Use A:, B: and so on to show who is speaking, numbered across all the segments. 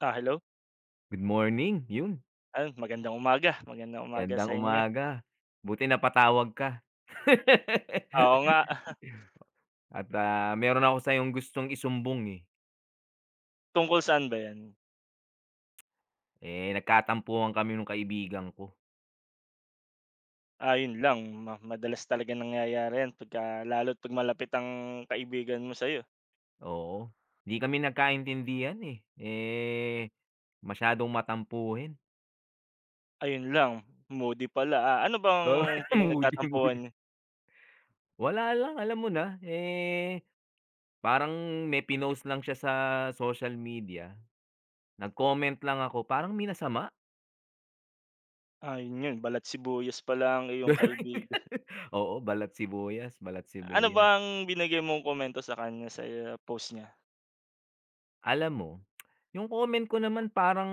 A: Ah, hello.
B: Good morning, yun
A: Ayun, magandang umaga
B: magandang
A: sa inyo.
B: umaga. Buti napatawag ka.
A: Oo nga,
B: At, meron ako sa'yong gustong isumbong, eh.
A: tungkol saan ba 'yan?
B: Eh, nagkatampuhan kami nung kaibigan ko,
A: Ah, 'yun lang madalas talaga nangyayari 'yan pagka lalo't 'pag malapit ang kaibigan mo sa'yo.
B: oo. Di kami nagkaintindihan, eh. Eh, masyadong matampuhin.
A: Ayun lang, moody pala. Ah, ano bang
B: Oo, moody,
A: pinagtatampuhan
B: moody.
A: niyo?
B: Wala lang, alam mo na, eh, parang may pinost lang siya sa social media, nag-comment lang ako, parang minasama.
A: Ah, 'yun 'yun, balat sibuyas pala ang iyong kaibigan.
B: Oo, balat sibuyas, balat
A: Ano
B: sibuyas.
A: bang ang binigay mong komento sa kanya sa post niya?
B: Alam mo, yung comment ko naman parang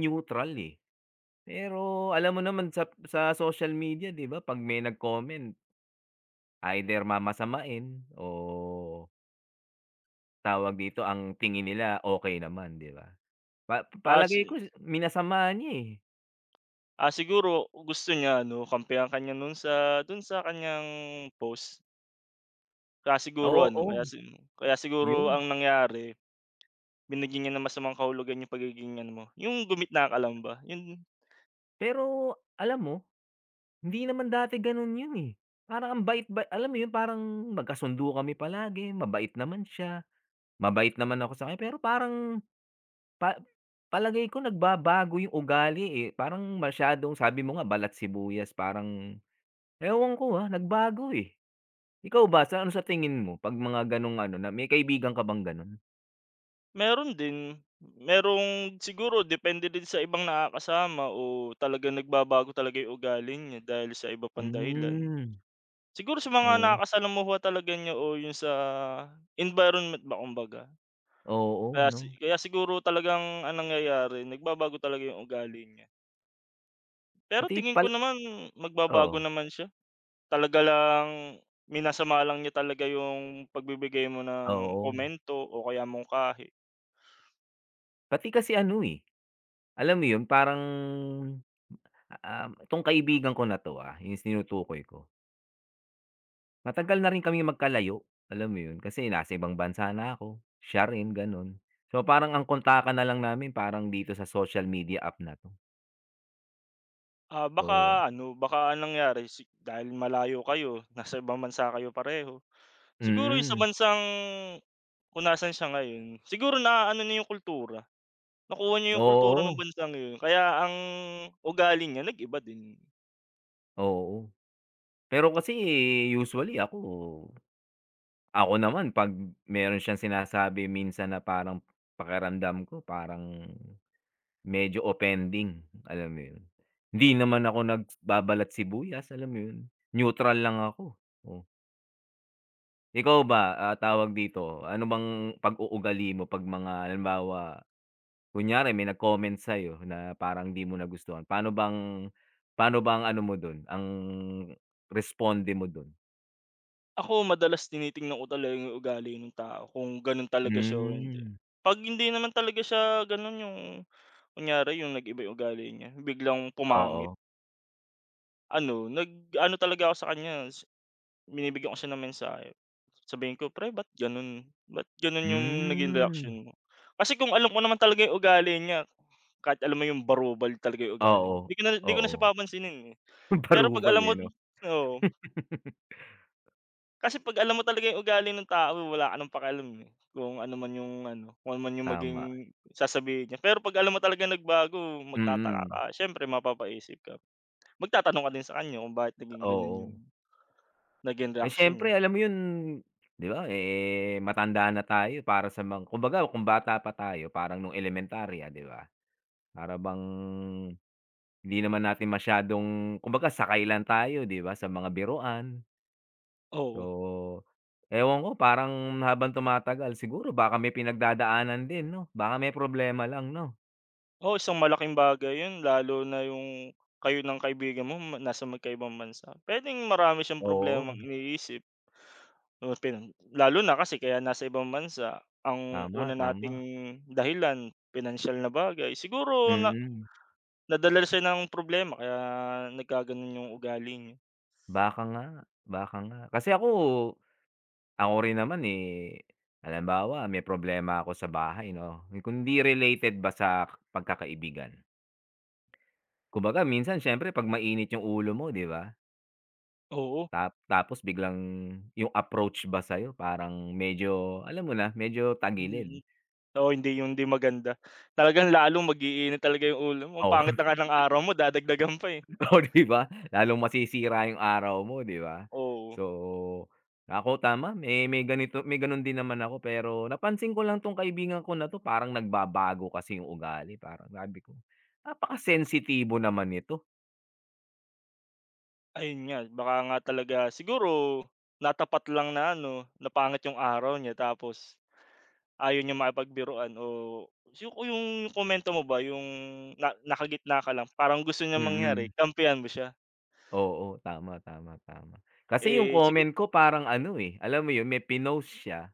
B: neutral, eh. Pero alam mo naman sa social media 'di ba 'pag may nag-comment either mamasamain o tawag dito, ang tingin nila okay naman, 'di ba? Pa
A: Ah,
B: palagay ko
A: si
B: minasama niya, eh.
A: Siguro gusto niya ano, kampihan ka niya sa dun sa kanyang post. Kaya siguro
B: Oo,
A: ano,
B: oo,
A: kaya siguro
B: yun.
A: ang nangyari, binigyan niya ng masamang kahulugan yung pagiging ano mo, yung gumit na ka ba? Yun,
B: Pero alam mo, hindi naman dati ganun yun, eh. Parang ang bait ba, alam mo yun, parang magkasundo kami palagi, mabait naman siya, mabait naman ako sa kanya, pero parang Pa palagay ko nagbabago yung ugali, eh. Parang masyadong sabi mo nga, balat sibuyas, parang ewan ko, nagbago, eh. Ikaw ba sa ano, sa tingin mo 'pag mga gano'ng ano, na may kaibigan ka bang gano'n?
A: meron din. Merong siguro depende din sa ibang nakakasama o talaga nagbabago talaga yung ugali niya dahil sa iba pang dahilan.
B: Hmm,
A: Siguro sa mga
B: oo.
A: nakakasalamuha talaga niya o yung sa environment ba kumbaga.
B: Oo, 'no?
A: Kaya siguro talagang anong nangyayari, nagbabago talaga yung ugali niya. Pero
B: Pati
A: tingin ko
B: pal
A: naman magbabago
B: oo,
A: naman siya. Talaga lang minasama lang niya talaga yung pagbibigay mo ng
B: oo.
A: komento o kaya mungkahi.
B: Pati kasi ano, eh, alam mo 'yun, parang, 'tong kaibigan ko na 'to, yung tinutukoy ko. Matagal na rin kaming magkalayo, alam mo 'yun, kasi nasa ibang bansa na ako, siya rin gano'n. So, parang ang kontakan na lang namin parang dito sa social media app na 'to.
A: Ah,
B: So
A: baka ano, baka anong nangyari dahil malayo kayo, nasa ibang bansa kayo pareho, siguro yung sa
B: mm,
A: bansang kung nasaan siya ngayon, siguro naaano niya yung kultura, nakuha niya yung kultura ng
B: oo,
A: bansang yun kaya ang ugali niya nag-iba din.
B: oo. Pero kasi usually ako ako naman 'pag meron siyang sinasabi minsan na parang pakiramdam ko parang medyo offending, alam mo 'yun. Hindi naman ako nagbabalat sibuyas, alam mo 'yun, neutral lang ako, oh. Ikaw ba, tawag dito, ano bang pag-uugali mo 'pag mga halimbawa, kunyari may nag-comment sa'yo na parang di mo nagustuhan, paano bang ano mo dun, ang responde mo dun?
A: Ako madalas tinitingnan ko talaga yung ugali ng tao kung ganun talaga siya o hindi.
B: Hmm,
A: 'Pag hindi naman talaga siya ganun yung kunyari yung nag-iba yung ugali niya, biglang pumangit.
B: oo.
A: Ano, nag-ano talaga ako sa kanya, binibigyan ko siya ng mensahe. Sabihin ko, "Pre ba't gano'n? Ba't gano'n yung naging reaction
B: Hmm,
A: mo?" Kasi kung alam ko naman talaga yung ugali niya, kahit alam mo yung barubal talaga yung ugali niya,
B: oo,
A: 'di ko na siya
B: oo.
A: papansinin, eh. Pero 'pag
B: Approval,
A: alam mo
B: eh, 'no?
A: oo, kasi 'pag alam mo talaga yung ugali ng tao wala ka ng pakialam, eh, kung ano man yung maging
B: Tama,
A: sasabihin niya. Pero 'pag alam mo talaga nagbago, magtataka ka,
B: mm,
A: siyempre mapapaisip ka. Magtatanong ka din sa kanya kung bakit naging gano'n yung
B: oo.
A: naging
B: Eh,
A: reaksyon niya.
B: siyempre alam mo yun, di ba, eh, matanda na tayo para sa mga kumbaga kung bata pa tayo parang nung elementarya, di ba? Para bang hindi naman natin masyadong, kumbaga, sakay lang tayo 'di ba, sa mga biruan. So,
A: Oo.
B: ewan ko, parang habang tumatagal siguro baka may pinagdadaanan din, 'no? Baka may problema lang, 'no?
A: Oo, isang malaking bagay 'yun lalo na yung kayo ng kaibigan mo nasa magkaibang bansa. Puwedeng marami siyang problemang
B: Oo,
A: iniisip o pinan lalo na kasi kaya nasa ibang bansa, ang
B: tama,
A: una nating
B: tama.
A: dahilan pinansyal na bagay. Siguro
B: Mm,
A: nadala siya ng problema kaya nagkagano'n yung ugali niya.
B: baka nga, baka nga. Kasi ako rin naman, eh, halimbawa may problema ako sa bahay 'no, kung hindi related ba sa pagkakaibigan. Kumbaga minsan siyempre 'pag mainit yung ulo mo, 'di ba?
A: Oo.
B: Tapos biglang yung approach ba sa'yo parang medyo alam mo na, medyo tagilid.
A: Oo, hindi maganda. Talagang lalong mag-iinit talaga yung ulo mo, ang pangit
B: Oo,
A: na nga ng araw mo dadagdagan pa, eh.
B: oo, 'di ba? Lalong masisira yung araw mo, 'di ba?
A: Oo,
B: So, ako, tama, may ganito, may gano'n din naman ako, pero napansin ko lang 'tong kaibigan ko na 'to parang nagbabago kasi yung ugali, parang sabi ko, napakasensitibo naman nito.
A: ayun nga baka nga talaga siguro natapat lang na ano, na pangit yung araw niya tapos ayaw niya makipagbiruan o yung komento mo ba yung na nakagitna ka lang parang gusto niyang mangyari
B: Mm,
A: kampihan mo siya,
B: oo, tama, tama, tama. Kasi yung
A: eh, sigu
B: comment ko parang ano, eh, alam mo yun, may pinost siya.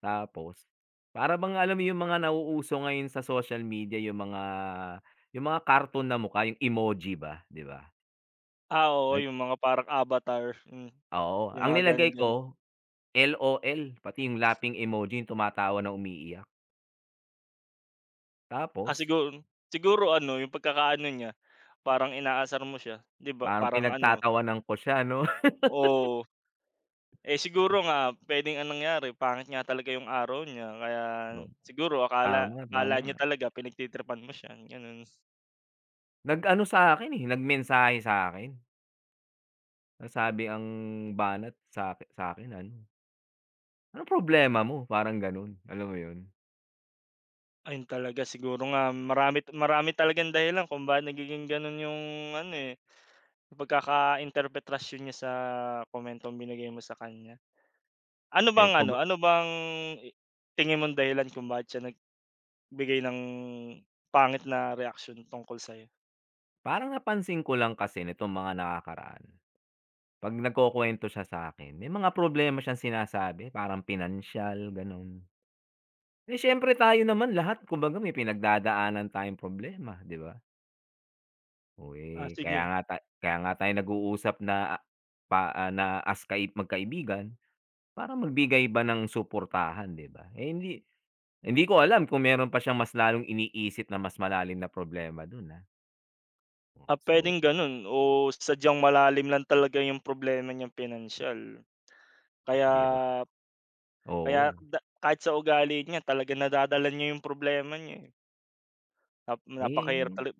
B: Tapos, para bang alam mo yung mga nauuso ngayon sa social media, yung mga cartoon na mukha, yung emoji ba, 'di ba?
A: ah, oo
B: Ay,
A: yung mga parang avatar, hmm,
B: oo,
A: yung
B: ang
A: mga
B: nilagay
A: gano'n-gano'n.
B: ko, LOL, pati yung laughing emoji, yung tumatawa na umiiyak.
A: Ah,
B: Tapos,
A: siguro siguro ano yung pagkakaano niya, parang inaasar mo siya, 'di ba?
B: parang
A: Parang ano
B: pinagtatawanan ko siya, 'no.
A: oo. Eh, siguro nga puwedeng ang nangyari pangit nga talaga yung araw niya kaya
B: Oh,
A: siguro akala
B: tama,
A: akala niya
B: tama.
A: talaga pinagtitripan mo siya, gano'n.
B: Nag-ano sa'kin, eh, nagmensahe sa'kin. Ang sabi, ang banat sa'kin, ano, "Anong problema mo?" Parang gano'n, alam mo yun?
A: Ayun talaga siguro nga marami marami talagang dahilan kung bakit nagiging gano'n yung ano, eh, pagkakainterpretasyon niya sa komentong binigay mo sa kanya.
B: Eh, kum
A: Ano bang i tingin mong dahilan kung bakit siya nag bigay ng pangit na reaksyon tungkol sa'yo.
B: Parang napansin ko lang kasi nitong mga nakakaraan, 'pag nagkukuwento siya sa akin, may mga problema siyang sinasabi, parang pinansiyal, gano'n. Eh, siyempre tayo naman lahat, kumbaga, may pinagdadaanan tayong problema, 'di ba? Oh,
A: Ah,
B: eh,
A: sige,
B: kaya nga tayo nag-uusap na ah, pa ah, na as kai magkaibigan para magbigay ba ng suportahan, 'di ba? Eh, hindi hindi ko alam kung meron pa siyang mas lalong iniisip na mas malalim na problema do'n, ah. Oh,
A: ah,
B: so,
A: puwedeng gano'n o sadyang malalim lang talaga yung problema niyang pinansiyal. Kaya
B: 'di ba?
A: kaya
B: Oo.
A: da Kahit sa ugali niya talagang nadadala niya yung problema niya, eh. Nap napakahirap
B: Eh,
A: tala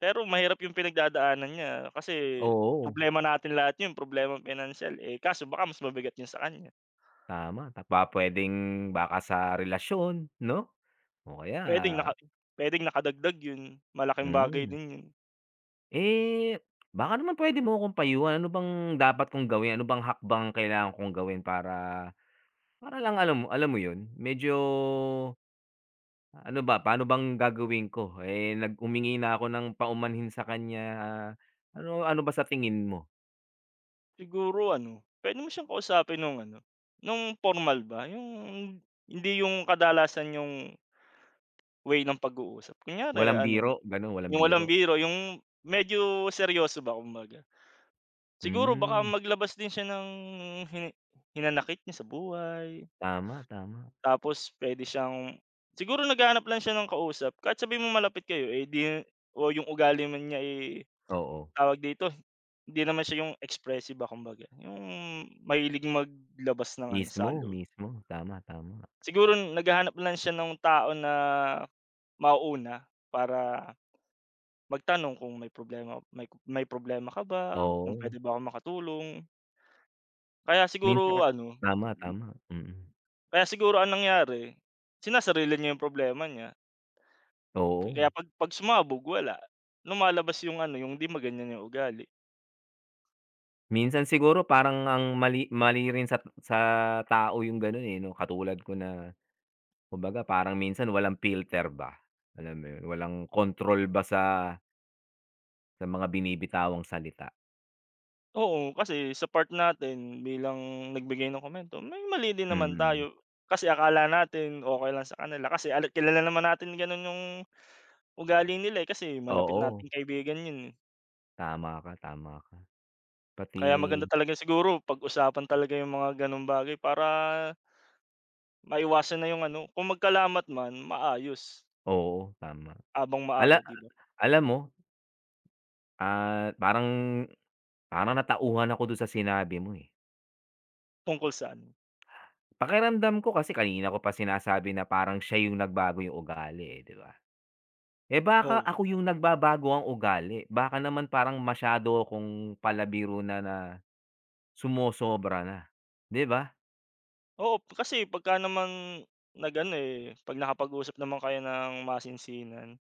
A: Pero mahirap yung pinagdadaanan niya kasi
B: oo.
A: problema natin lahat yun, problema pinansiyal, eh, kaso baka mas mabigat yun sa kanya.
B: Tama, ta pa puwedeng baka sa relasyon, 'no, o kaya
A: Puwedeng naka Puwedeng nakadagdag yun, malaking bagay
B: mm.
A: din yun.
B: Eh, baka naman puwede mo akong payuhan, ano bang dapat kong gawin, ano bang hakbang kailangan kong gawin para para lang, alam mo 'yun, medyo ano ba, paano bang gagawin ko? Eh, humingi na ako ng paumanhin sa kanya, ano, ano ba sa tingin mo?
A: Siguro ano, puwede mo siyang kausapin nung ano, nung formal ba, yung hindi yung kadalasan yung way ng pag-uusap. Kunyari
B: Walang
A: ano,
B: biro, gano'n, walang
A: yung walang
B: biro.
A: biro, yung medyo seryoso ba kumbaga. Siguro baka
B: Hmm,
A: maglabas din siya ng hini hinanakit niya sa buhay,
B: tama, tama.
A: tapos puwede siyang siguro naghahanap lang siya ng kausap kahit sabihin mong malapit kayo, eh, di o yung ugali man niya, eh
B: Oo,
A: tawag dito, hindi naman siya yung expressive ba kumbaga, yung mahilig maglabas ng ano, sa
B: mismo,
A: loob.
B: mismo, tama, tama.
A: Siguro naghahanap lang siya ng tao na mauuna para magtanong kung may problema may problema ka ba, kung
B: Oo.
A: puwede ba akong makatulong. Kaya siguro
B: Minsan,
A: ano,
B: tama, tama, mm.
A: kaya siguro ang nangyari, sinasarili niya yung problema niya. Kaya
B: Oo,
A: 'pag sumabog wala, lumalabas yung ano, yung 'di maganda yung ugali.
B: minsan siguro parang ang mali mali rin sa tao yung gano'n, eh, 'no, katulad ko na, kumbaga parang minsan walang filter ba, alam mo 'yun, walang kontrol ba, sa mga binibitawang salita.
A: Oo, kasi sa part natin bilang nagbigay ng komento, may mali din naman
B: Mm,
A: tayo. Kasi akala natin okey lang sa kanila kasi ala kilala naman natin gano'n yung ugali nila, eh, kasi malapit
B: oo,
A: nating kaibigan 'yun, eh.
B: tama ka, tama ka. Pati,
A: Kaya maganda talaga siguro pag-usapan talaga yung mga gano'ng bagay para maiwasan na yung ano, kung magkalamat man maayos
B: oo, tama.
A: abang
B: Ala
A: maaga, 'di ba?
B: Alam mo, parang parang natauhan ako do'n sa sinabi mo, eh.
A: Tungkol sa ano
B: Pakiramdam ko kasi kanina ko pa sinasabi na parang siya yung nagbago yung ugali, eh, 'di ba? Eh, baka
A: oo.
B: ako yung nagbabago ang ugali, baka naman parang masyado akong palabiro na na sumosobra na, 'di ba?
A: Oo, kasi pagka naman nag-ano, eh, 'pag nakapag-usap naman kayo ng masinsinan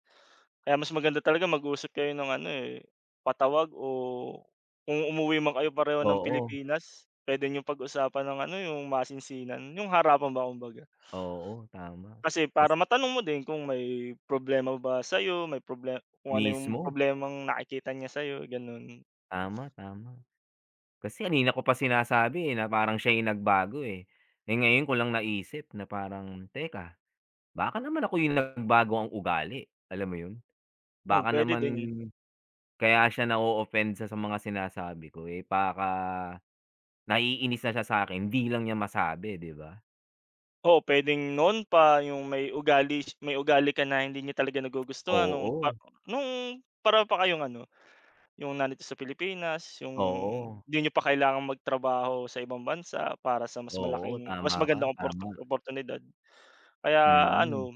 A: kaya mas maganda talaga mag-usap kayo ng ano, eh, patawag o kung umuwi man kayo pareho ng
B: Oo,
A: Pilipinas, pwede nyo pag-usapan ng ano, yung masinsinan, yung harapan ba kumbaga.
B: oo, tama.
A: Kasi para
B: Kasi
A: matanong mo din kung may problema ba sa'yo, may problema kung ano yung
B: mismo,
A: problemang nakikita niya sa'yo, gano'n.
B: tama, tama. Kasi kanina ko pa sinasabi, eh, na parang siya yung nagbago, eh. Eh, ngayon ko lang naisip na parang, teka, baka naman ako yung nagbago ang ugali, alam mo yun?
A: Oo,
B: Baka
A: puwede
B: naman
A: din.
B: Kaya siya na-o-offend sa mga sinasabi ko, eh, baka naiinis na siya sa'kin, hindi lang niya masabi, 'di ba?
A: Oo, puwedeng noon pa yung may ugali ka na hindi niya talaga nagugustuhan
B: Oo,
A: nung para pa kayong ano yung nandito sa Pilipinas, yung
B: oo,
A: di niyo pa kailangang magtrabaho sa ibang bansa para sa mas
B: oo,
A: malaking mas
B: tama ka,
A: magandang
B: tama,
A: oportunidad. Kaya
B: mm.
A: ano,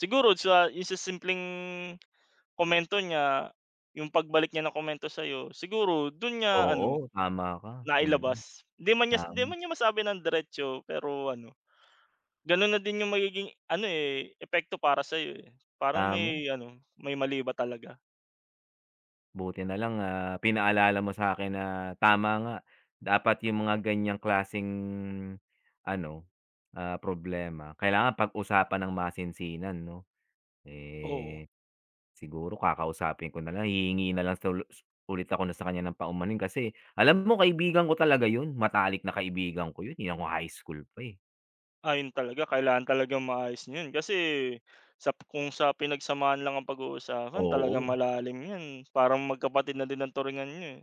A: siguro sa yung sa simpleng komento niya, yung pagbalik niya ng komento sa'yo, siguro dun niya ano,
B: Oo, tama ka, mm,
A: nailabas. Hindi
B: tama,
A: man niya masabi ng diretso, pero ano, ganun na din yung magiging ano, eh, epekto para sa'yo, eh. Parang
B: tama.
A: may ano, may mali ba talaga?
B: Buti na lang, pinaalala mo sa'kin na tama nga, dapat yung mga ganyang klaseng ano, problema, kailangan pag-usapan ng masinsinan, 'no?
A: Oo.
B: Eh, siguro kakausapin ko na lang, hihingi na lang sa ulit ako na sa kanya ng paumanin, kasi alam mo, kaibigan ko talaga yun, matalik na kaibigan ko yun, eh, nung high school pa, eh.
A: Ah, talaga kailangan talagang maayos niyo kasi sa kung sa pinagsamaan lang ang pag-uusapan talagang
B: Oo,
A: malalim yan, parang magkapatid na din ang turingan niyo, eh.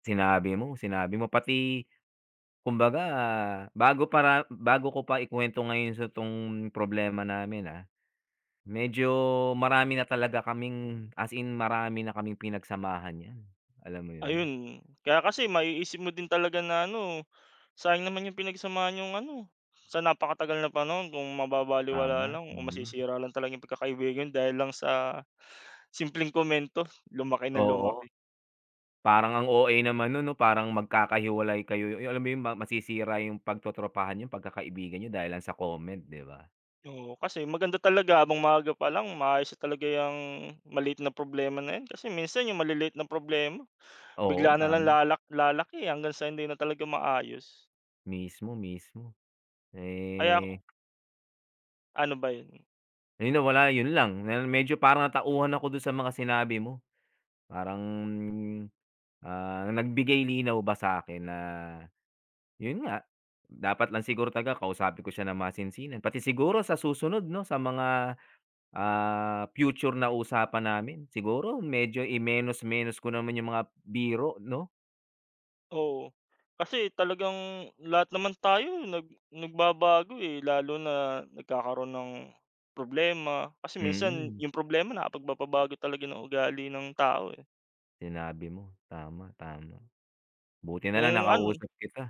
B: sinabi mo, pati, kumbaga, para bago ko pa ikuwento ngayon sa 'tong problema namin, medyo marami na talaga kaming, as in, marami na kaming pinagsamahan niyan, alam mo yun?
A: Ayun, kaya kasi maiisip mo din talaga na ano, sayang naman yung pinagsamahan niyong ano, sa napakatagal na panahon kung mababalewala
B: Tama,
A: lang o
B: tama.
A: masisira lang talaga yung pagkakaibigan dahil lang sa simpleng komento, lumaki na
B: Oo.
A: lumaki.
B: Parang ang OA naman nun, 'no, parang magkakahiwalay kayo, yung alam mo yung masisira yung pagtotropahan niyo, pagkakaibigan niyo dahil lang sa comment, 'di ba?
A: Oo, kasi maganda talaga abang maaga pa lang maayos na talaga yung maliit na problema na yan kasi minsan yung maliliit na problema bigla
B: Oo,
A: na lang
B: tama.
A: lalaki hanggang sa hindi na talaga maayos.
B: Mismo, mismo.
A: Kaya
B: Eh,
A: ano ba 'yun?
B: ayun na, wala, yun lang. Na medyo parang natauhan ako dun sa mga sinabi mo. Parang, nagbigay linaw ba sa'kin na yun nga, dapat lang siguro talaga kausapin ko siya ng masinsinan. Pati siguro sa susunod, 'no, sa mga, future na usapan namin. Siguro medyo i-menos-menos ko naman yung mga biro, 'no?
A: Oo. Kasi talagang lahat naman tayo nagbabago, eh, lalo na nagkakaroon ng problema. Kasi minsan
B: Mm,
A: yung problema nakapagpapabago talaga ng ugali ng tao, eh.
B: sinabi mo. Tama, tama. Buti na lang
A: Kung ano
B: nakausap kita.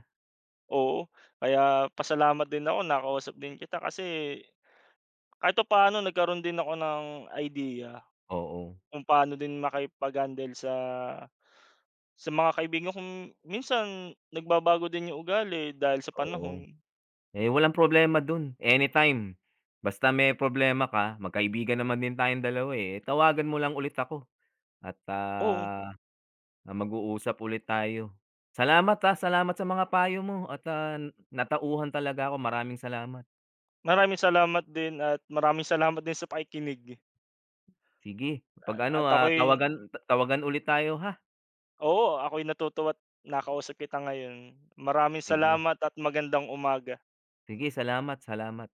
A: oo, kaya pasalamat din ako nakausap din kita kasi kahit papaano nagkaroon din ako ng idea
B: Oo,
A: kung paano din makipag-handle sa mga kaibigan kong minsan nagbabago din yung ugali dahil sa panahon.
B: oo. Eh, walang problema dun, anytime. Basta may problema ka, magkaibigan naman din tayong dalawa, eh, tawagan mo lang ulit ako at,
A: Oo,
B: mag-uusap ulit tayo. Salamat, salamat sa mga payo mo at, natauhan talaga ako. Maraming salamat.
A: maraming salamat din at maraming salamat din sa pakikinig.
B: Sige, 'pag ano,
A: At ako'y
B: tawagan tawagan ulit tayo, ha?
A: oo, ako'y natutuwa't nakausap kita ngayon. Maraming
B: Sige,
A: salamat at magandang umaga.
B: sige, salamat, salamat.